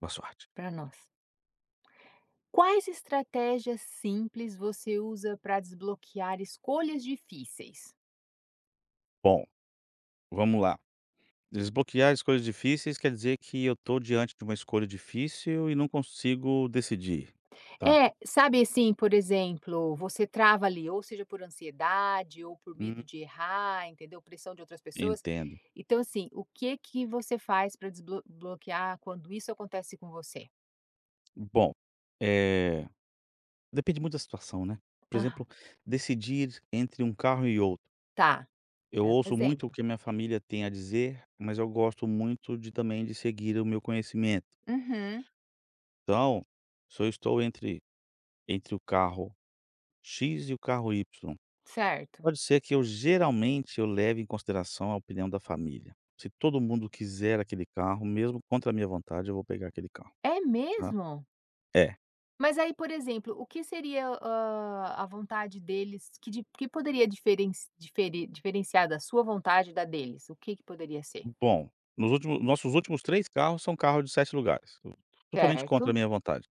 Boa sorte. Para nós. Quais estratégias simples você usa para desbloquear escolhas difíceis? Bom, vamos lá. Desbloquear escolhas difíceis quer dizer que eu estou diante de uma escolha difícil e não consigo decidir. Tá. É, sabe assim, por exemplo, você trava ali, ou seja, por ansiedade, ou por medo Hum, de errar, entendeu? Pressão de outras pessoas. entendo. Então, assim, o que que você faz para desbloquear quando isso acontece com você? Bom, eh, depende muito da situação, né? Por Ah, exemplo, decidir entre um carro e outro. tá. Eu É um ouço muito o exemplo. que minha família tem a dizer, mas eu gosto muito de também de seguir o meu conhecimento. Uhum, Então, se eu estou entre, entre o carro X e o carro Y, certo. pode ser que eu geralmente eu leve em consideração a opinião da família. Se todo mundo quiser aquele carro, mesmo contra a minha vontade, eu vou pegar aquele carro, É tá. mesmo? É. Mas aí, por exemplo, o que seria, a vontade deles que poderia diferenciar da sua vontade da deles? O que que poderia ser? Bom, nossos últimos 3 carros são carros de 7 lugares. Totalmente contra Certo. a minha vontade.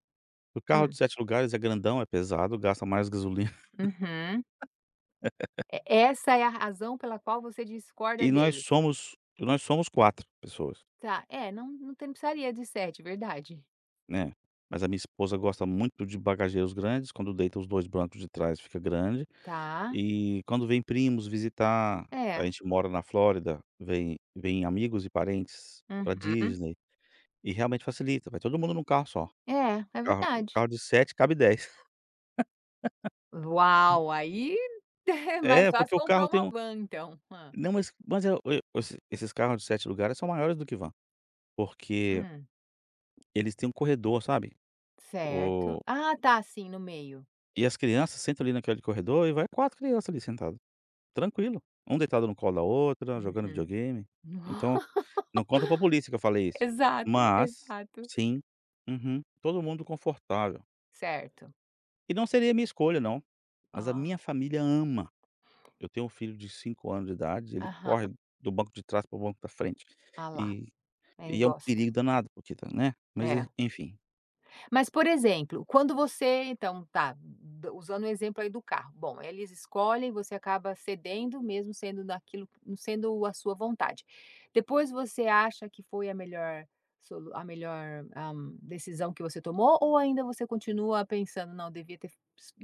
O carro de Hum. 7 lugares é grandão, é pesado, gasta mais gasolina. Uhum. E essa é a razão pela qual você discorda E nós deles? somos nós somos 4 pessoas, Tá, é, não tem precisaria de 7, verdade. né. Mas a minha esposa gosta muito de bagageiros grandes, quando deita os 2 brancos de trás fica grande. Tá, E quando vem primos visitar, a é. gente mora na Flórida, vem amigos e parentes pra Uhum. Disney, e realmente facilita, vai todo mundo num carro só. É, Carro verdade. carro de 7 cabe 10. Uau! Aí é mais É, fácil porque o comprar carro tem uma um van então. Hã. não, mas é esses carros de 7 lugares são maiores do que van, porque Hum, eles têm um corredor, sabe. certo. O Ah, tá, sim, no meio. e as crianças sentam ali naquele corredor e vai 4 crianças ali sentadas, tranquilo. Um deitado no colo da outra, jogando Uhum. videogame. então Não conta pra polícia que eu falei isso. Exato, Mas exato. sim, uhum, todo mundo confortável. Certo. E não seria minha escolha não, mas a Ah, minha família ama. Eu tenho um filho de 5 anos de idade, ele aham. corre do banco de trás para o banco da frente. Ah lá, E ele e é um gosta. perigo danado, porque tá né, mas É. enfim, Mas, por exemplo, quando você então tá, d usando o exemplo aí do carro. Bom, eles escolhem, você acaba cedendo, mesmo sendo a sua vontade. Depois você acha que foi a melhor decisão que você tomou ou ainda você continua pensando: "Não, devia ter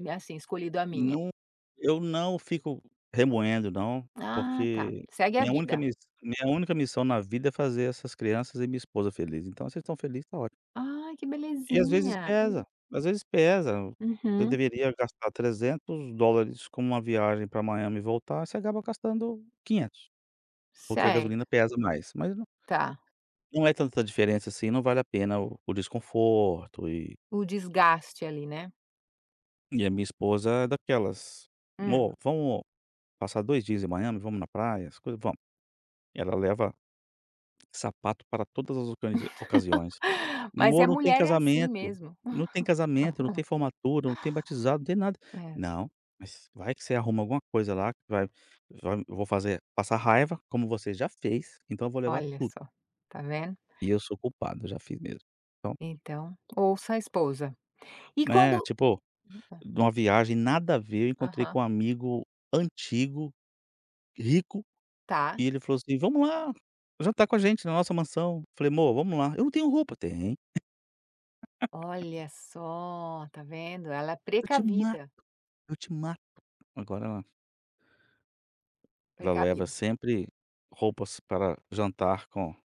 assim, escolhido a minha"? não, eu não fico remoendo não, Ah, tá. porque Segue a minha única vida. miss minha única missão na vida é fazer essas crianças e minha esposa feliz, então se eles estão felizes, tá ótimo. Ai, que E às vezes belezinha. pesa, às vezes pesa. Você Uhum, deveria gastar $300 com uma viagem para Miami e voltar, você acaba gastando 500, porque a gasolina certo, pesa mais, mas não, tá. não é tanta diferença assim, não vale a pena o desconforto. E O desgaste ali, né. e a minha esposa é daquelas: Hum. "Amor, vamos passar 2 dias em Miami, vamos na praia, as coisas, vamos". Ela leva sapato para todas as ocasiões. Mas é Moro, não tem mulher é assim casamento, mesmo. não tem casamento, não tem formatura, não tem batizado, não tem nada. É, Não, mas vai que você arruma alguma coisa lá que vai eu vou fazer passar raiva, como você já fez, então eu vou levar olha tudo. só, tá vendo? E eu sou culpado, eu já fiz mesmo. Então, Então, ouça a esposa. E né, quando tipo, numa viagem nada a ver, eu encontrei aham, com um amigo antigo, rico, tá. e ele falou assim: "Vamos lá, jantar com a gente na nossa mansão". Falei: "Mô, vamos lá". "Eu não tenho roupa". "Tem, Olha só, tá vendo? Ela é eu te mato, precavida, eu te mato". Agora ela leva precavida. sempre roupas para jantar com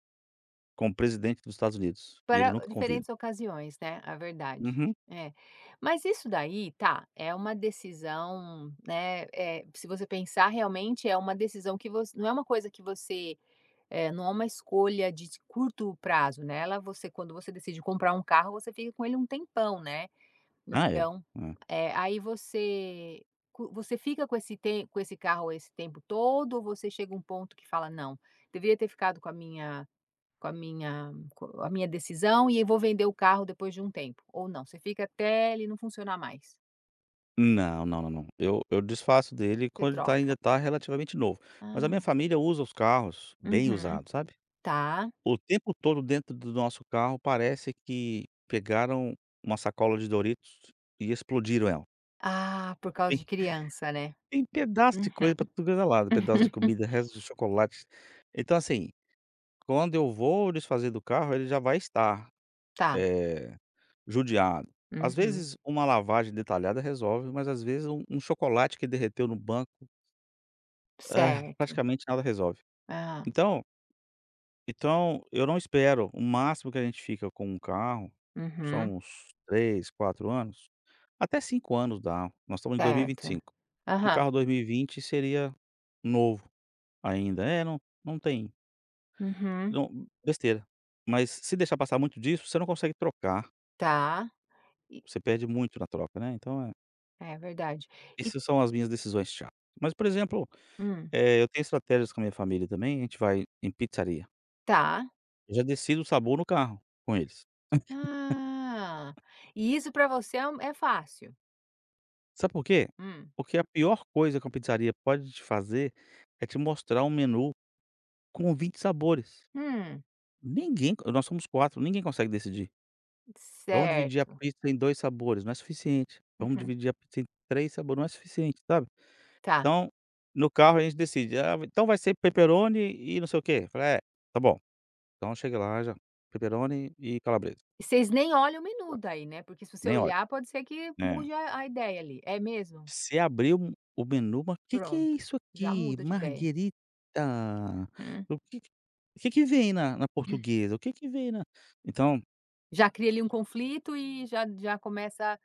o presidente dos Estados Unidos, e ele Para nunca convida. diferentes ocasiões, né, a verdade. Uhum. É. Mas isso daí, tá, é uma decisão, né, se você pensar realmente é uma decisão que você, não é uma coisa que você. É, não há uma escolha de curto prazo, né, ela você quando você decide comprar um carro, você fica com ele um tempão, né. Ah, é. Então, É. Aí você co você fica com esse tem com esse carro esse tempo todo ou você chega a um ponto que fala: "Não, deveria ter ficado com a minha co a minha decisão e eu vou vender o carro depois de um tempo", ou não, você fica até ele não funcionar mais, Não, não, não, não. Eu desfaço dele você quando ele tá ainda troca? tá relativamente novo. Mas a minha Ah, família usa os carros bem uhum, usados, sabe. tá. O tempo todo dentro do nosso carro parece que pegaram uma sacola de Doritos e explodiram ela. Ah, por causa de Tem criança, né. tem pedaço de coisa pra Uhum. tudo quanto é lado, pedaço de comida, resto de chocolate. Então, assim, quando eu vou desfazer do carro, ele já vai estar Tá. Eh, judiado. Às Uhum, vezes uma lavagem detalhada resolve, mas às vezes um chocolate que derreteu no banco, ah, certo. praticamente nada resolve. Ah, Então então eu não espero, o máximo que a gente fica com um carro uhum, são uns 3, 4 anos, até 5 anos dá. Nós estamos em dois mil e vinte e certo. cinco. Um Aham, carro 2020 seria novo ainda, é, não, não tem uhum, não, besteira. Mas se deixar passar muito disso, você não consegue trocar, tá. E você perde muito na troca, né, então é. é verdade. E Essas são as minhas decisões chatas. Mas, por exemplo, hum, eu tenho estratégias com a minha família também, a gente vai em pizzaria. tá. Eu já decido o sabor no carro com eles. Ah, e isso para você é fácil? Sabe por quê? Hum, Porque a pior coisa que uma pizzaria pode te fazer é te mostrar um menu com 20 sabores. hum, Ninguém nós somos 4, ninguém consegue decidir. Vamos dividir a certo. pizza em 2 sabores, não é suficiente. Vamos Uhum, dividir a pizza em 3 sabores, não é suficiente, sabe. tá. Então, no carro a gente decide: "Ah, então vai ser pepperoni e não sei o quê". Falei: "É, tá bom". Então eu cheguei lá já, pepperoni e calabresa, E vocês nem olham o menu daí, né, porque se você nem óleo, olhar pode ser que né. mude a ideia ali, é mesmo? Você abriu o menu, mas o "Que que é Pronto, isso já aqui? muda de ideia. Marguerita? Hum. O que que o que que vem na portuguesa? O que que vem na". Então, Já cria ali um conflito e já começa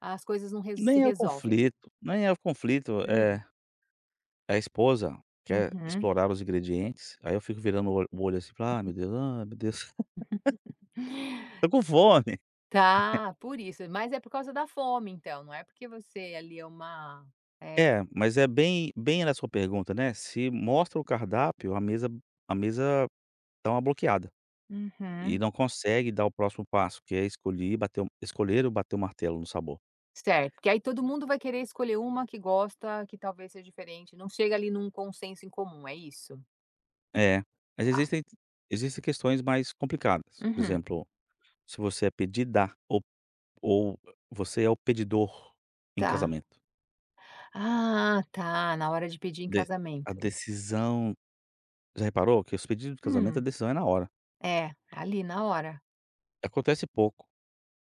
as coisas não res se nem é o resolvem. conflito, nem é o conflito. Hum. É a esposa quer Uhum. explorar os ingredientes, aí eu fico virando o olho assim, falo: ah, meu Deus, tô com fome". Tá, por isso. Mas é por causa da fome então, não é porque você ali é uma. É, mas é bem na sua pergunta, né, se mostra o cardápio, a mesa dá uma bloqueada. E Uhum. não consegue dar o próximo passo, que é escolhi bater o escolher ou bater o martelo no sabor. Certo, porque aí todo mundo vai querer escolher uma que gosta, que talvez seja diferente, não chega ali num consenso em comum, é isso? É, mas Tá. existem questões mais complicadas, por Uhum. exemplo, se você é pedida ou você é o pedidor em Tá. casamento. Ah, tá, na hora de pedir em De a casamento. decisão, já reparou que os pedidos de casamento, a Hum, decisão é na hora. é, ali na hora. Acontece pouco,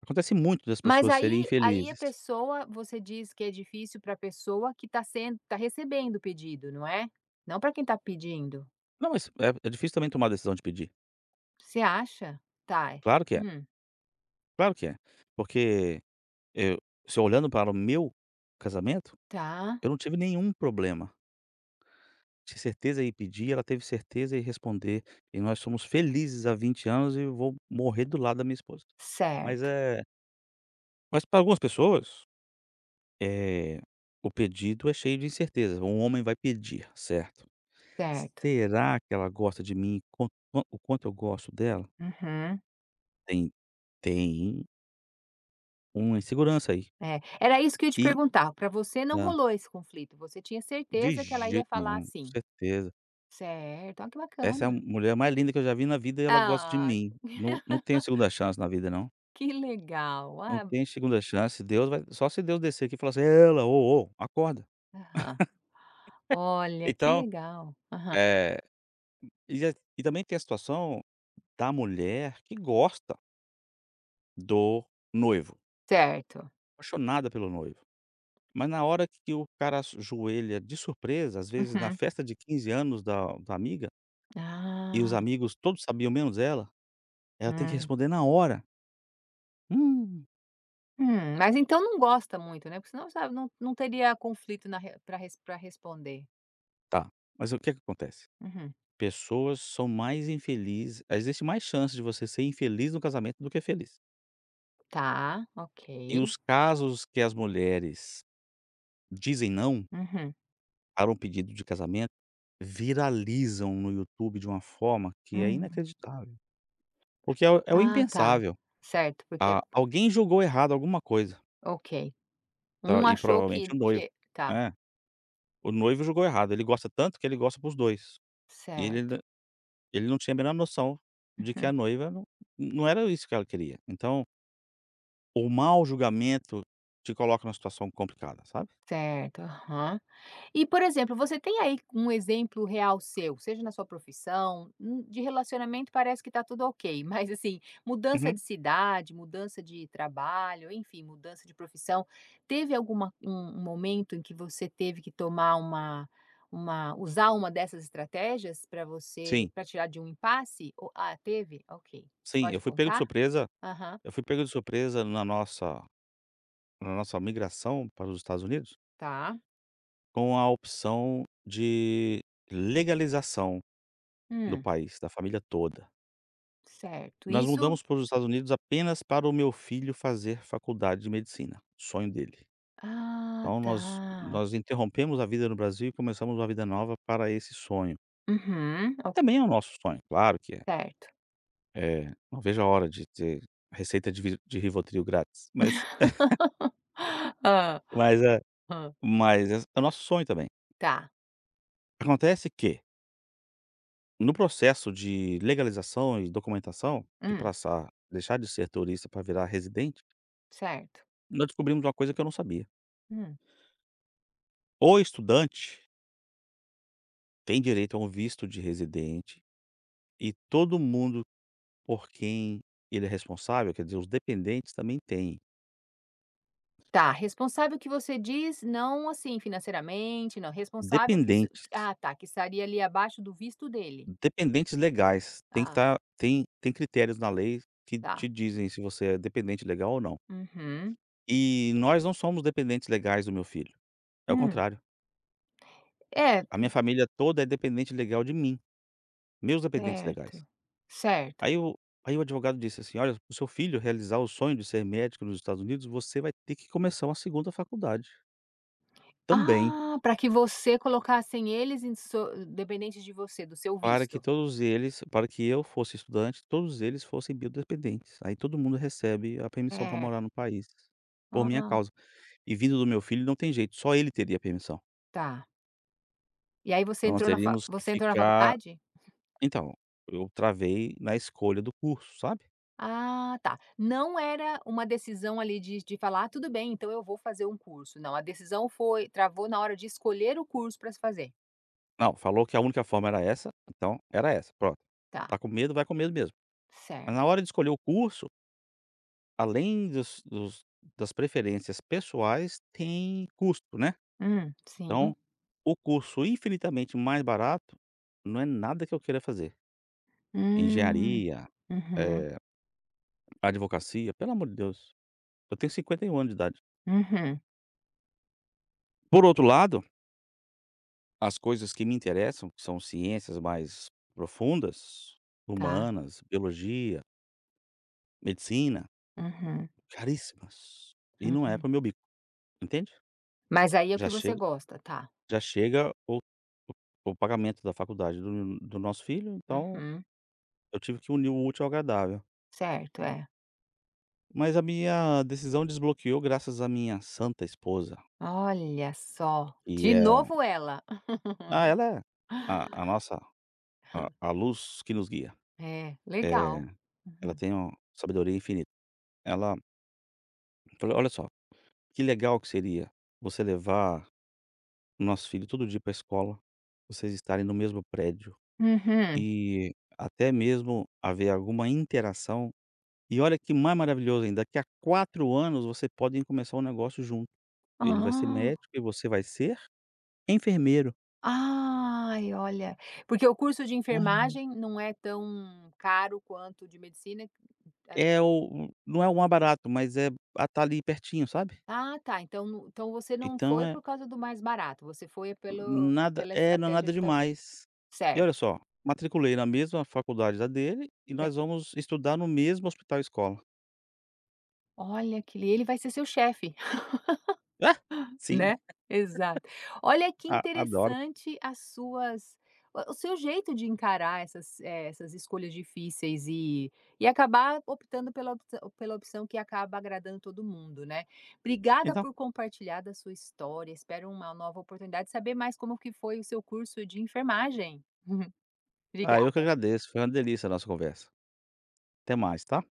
acontece muito das Mas pessoas serem aí a infelizes. pessoa você diz que é difícil para a pessoa que está sendo tá recebendo o pedido, não é? Não para quem está pedindo. Não, mas é, é difícil também tomar a decisão de pedir. Você acha? Tá. Claro que é, Hum, claro que é, porque eu se eu olhando para o meu casamento, tá. eu não tive nenhum problema. Tinha certeza e pedir, ela teve certeza e responder, e nós somos felizes há 20 anos e eu vou morrer do lado da minha esposa. Mas, Certo, é, mas para algumas pessoas, eh, o pedido é cheio de incerteza. Um homem vai pedir, certo? certo. Será que ela gosta de mim quanto eu gosto dela? Uhum. Tem tem uma insegurança aí. É, era isso que eu ia te E perguntar, para você não hã, rolou esse conflito, você tinha de certeza que ela ia jeito falar nenhum, assim. certeza. Certo, olha que Essa é a bacana. mulher mais linda que eu já vi na vida e ela gosta de Ah, mim. Não, não tenho segunda chance na vida não. que legal. Não Ah, tem segunda chance, Deus vai, só se Deus descer aqui e falar assim: "Ela, ô, ô, acorda". aham. Olha, que Então, legal. eh, e a e também tem a situação da mulher que gosta do noivo, Certo. apaixonada pelo noivo, mas na hora que o cara ajoelha de surpresa, às vezes na Uhum. festa de 15 anos da amiga, e os Ah, amigos todos sabiam menos ela, ela tem que hum. responder na hora. Hum, mas então não gosta muito, né, porque senão, sabe, não teria conflito na para responder. tá, mas o que é que acontece? Uhum. Pessoas são mais infelizes, existe mais chance de você ser infeliz no casamento do que feliz. Tá, ok. E os casos que as mulheres dizem não Uhum. para um pedido de casamento viralizam no YouTube de uma forma que é Hum. inacreditável, porque é o é o Ah, tá. impensável. Certo, porque A, alguém julgou errado alguma coisa, ok. tá, Um e achou que provavelmente o noivo. que tá, É, o noivo julgou errado, ele gosta tanto que ele gosta para os 2, e certo. ele não tinha a menor noção de que Uhum. a noiva não era isso que ela queria. Então, o mau julgamento te coloca numa situação complicada, sabe. Certo, aham. E, por exemplo, você tem aí um exemplo real seu, seja na sua profissão, de relacionamento parece que tá tudo ok, mas assim, mudança Uhum. de cidade, mudança de trabalho, enfim, mudança de profissão, teve alguma um momento em que você teve que tomar uma usar uma dessas estratégias Sim, para tirar de um impasse? Ou teve? Ok. Você sim, pode contar? Aham, eu fui pego de surpresa na nossa migração para os Estados Unidos, tá. com a opção de legalização do Hum, país, da família toda. certo. Nós Isso, mudamos para os Estados Unidos apenas para o meu filho fazer faculdade de medicina, sonho dele. ah, Então tá. nós interrompemos a vida no Brasil e começamos uma vida nova para esse sonho. Uhum, ok, Também é o nosso sonho, claro que é. certo. Eh, não vejo a hora de ter receita de Rivotril grátis, mas Hã, mas é hã. mas é, é o nosso sonho também. Tá. Acontece que no processo de legalização e documentação, de Hum, passar, deixar de ser turista para virar residente, certo. nós descobrimos uma coisa que eu não sabia. Hum. O estudante tem direito a um visto de residente e todo mundo por quem ele é responsável, quer dizer, os dependentes também têm. Tá, responsável que você diz, não assim financeiramente, não, responsável que s Dependentes, tá, que estaria ali abaixo do visto dele. dependentes legais, Ah, tem critérios na lei que tá. te dizem se você é dependente legal ou não. Uhum. E nós não somos dependentes legais do meu filho, é o Hum. contrário. É, A minha família toda é dependente legal de mim. Meus dependentes certo, legais. certo. Aí o aí o advogado disse assim: "Olha, para o seu filho realizar o sonho de ser médico nos Estados Unidos, você vai ter que começar uma segunda faculdade, também, Ah, para que você colocassem eles em dependentes de você, do seu visto. Para que eu fosse estudante, todos eles fossem biodependentes. Aí todo mundo recebe a permissão para É. morar no país, por minha Ah, causa. E vindo do meu filho não tem jeito, só ele teria a permissão. tá. E aí você Então nós entrou na fa teríamos que você entrou na ficar". faculdade? Então, eu travei na escolha do curso, sabe. Ah, tá. Não era uma decisão ali de falar: "Ah, tudo bem, então eu vou fazer um curso". Não, a decisão foi travou na hora de escolher o curso para se fazer. Não, falou que a única forma era essa, então era essa, pronto. Tá, Tá com medo, vai com medo mesmo. Mas na certo. hora de escolher o curso, além dos dos das preferências pessoais, tem custo, né. Então, Sim. o curso infinitamente mais barato, não é nada que eu queira fazer. Hum. Engenharia, Uhum, eh, advocacia, pelo amor de Deus, eu tenho 51 anos de idade. uhum. Por outro lado, as coisas que me interessam, que são ciências mais profundas, Tá. humanas, biologia, medicina, Uhum, caríssimas, e não é uhum. para o meu bico, entende? Mas aí é o Já que você chega gosta, tá. Já chega o o pagamento da faculdade do nosso filho, então Uhum. eu tive que unir o útil ao agradável. Certo, é. Mas a minha decisão desbloqueou graças à minha santa esposa, Olha só, que de é um, novo ela. ah, ela é a nossa a luz que nos guia. É, É, legal. ela Uhum. tem uma sabedoria infinita. Ela falou: "Olha só, que legal que seria você levar o nosso filho todo dia para a escola, vocês estarem no mesmo prédio Uhum. e até mesmo haver alguma interação". E olha que mais maravilhoso ainda, daqui a 4 anos você podem começar um negócio junto. Ele vai ser Ah. médico e você vai ser enfermeiro. Ai, olha, porque o curso de Aham. enfermagem não é tão caro quanto o de medicina. É o, não é o mais barato, mas é a, tá ali pertinho, sabe. Ah, ah, tá, então você não Então foi é por causa do mais barato, você foi pelo nada, pela é, não é estratégia nada de estar junto. demais. E olha Certo, só, matriculei na mesma faculdade da dele e nós certo. vamos estudar no mesmo hospital escola. Olha que ele vai ser seu chefe. Ah, sim, Né, exato. Olha que a adoro. interessante as suas o seu jeito de encarar essas, escolhas difíceis e acabar optando pela opção que acaba agradando todo mundo, né. Obrigada Então, por compartilhar da sua história, espero uma nova oportunidade de saber mais como que foi o seu curso de enfermagem. ah, eu que Obrigada. agradeço, foi uma delícia a nossa conversa. Até mais, tá.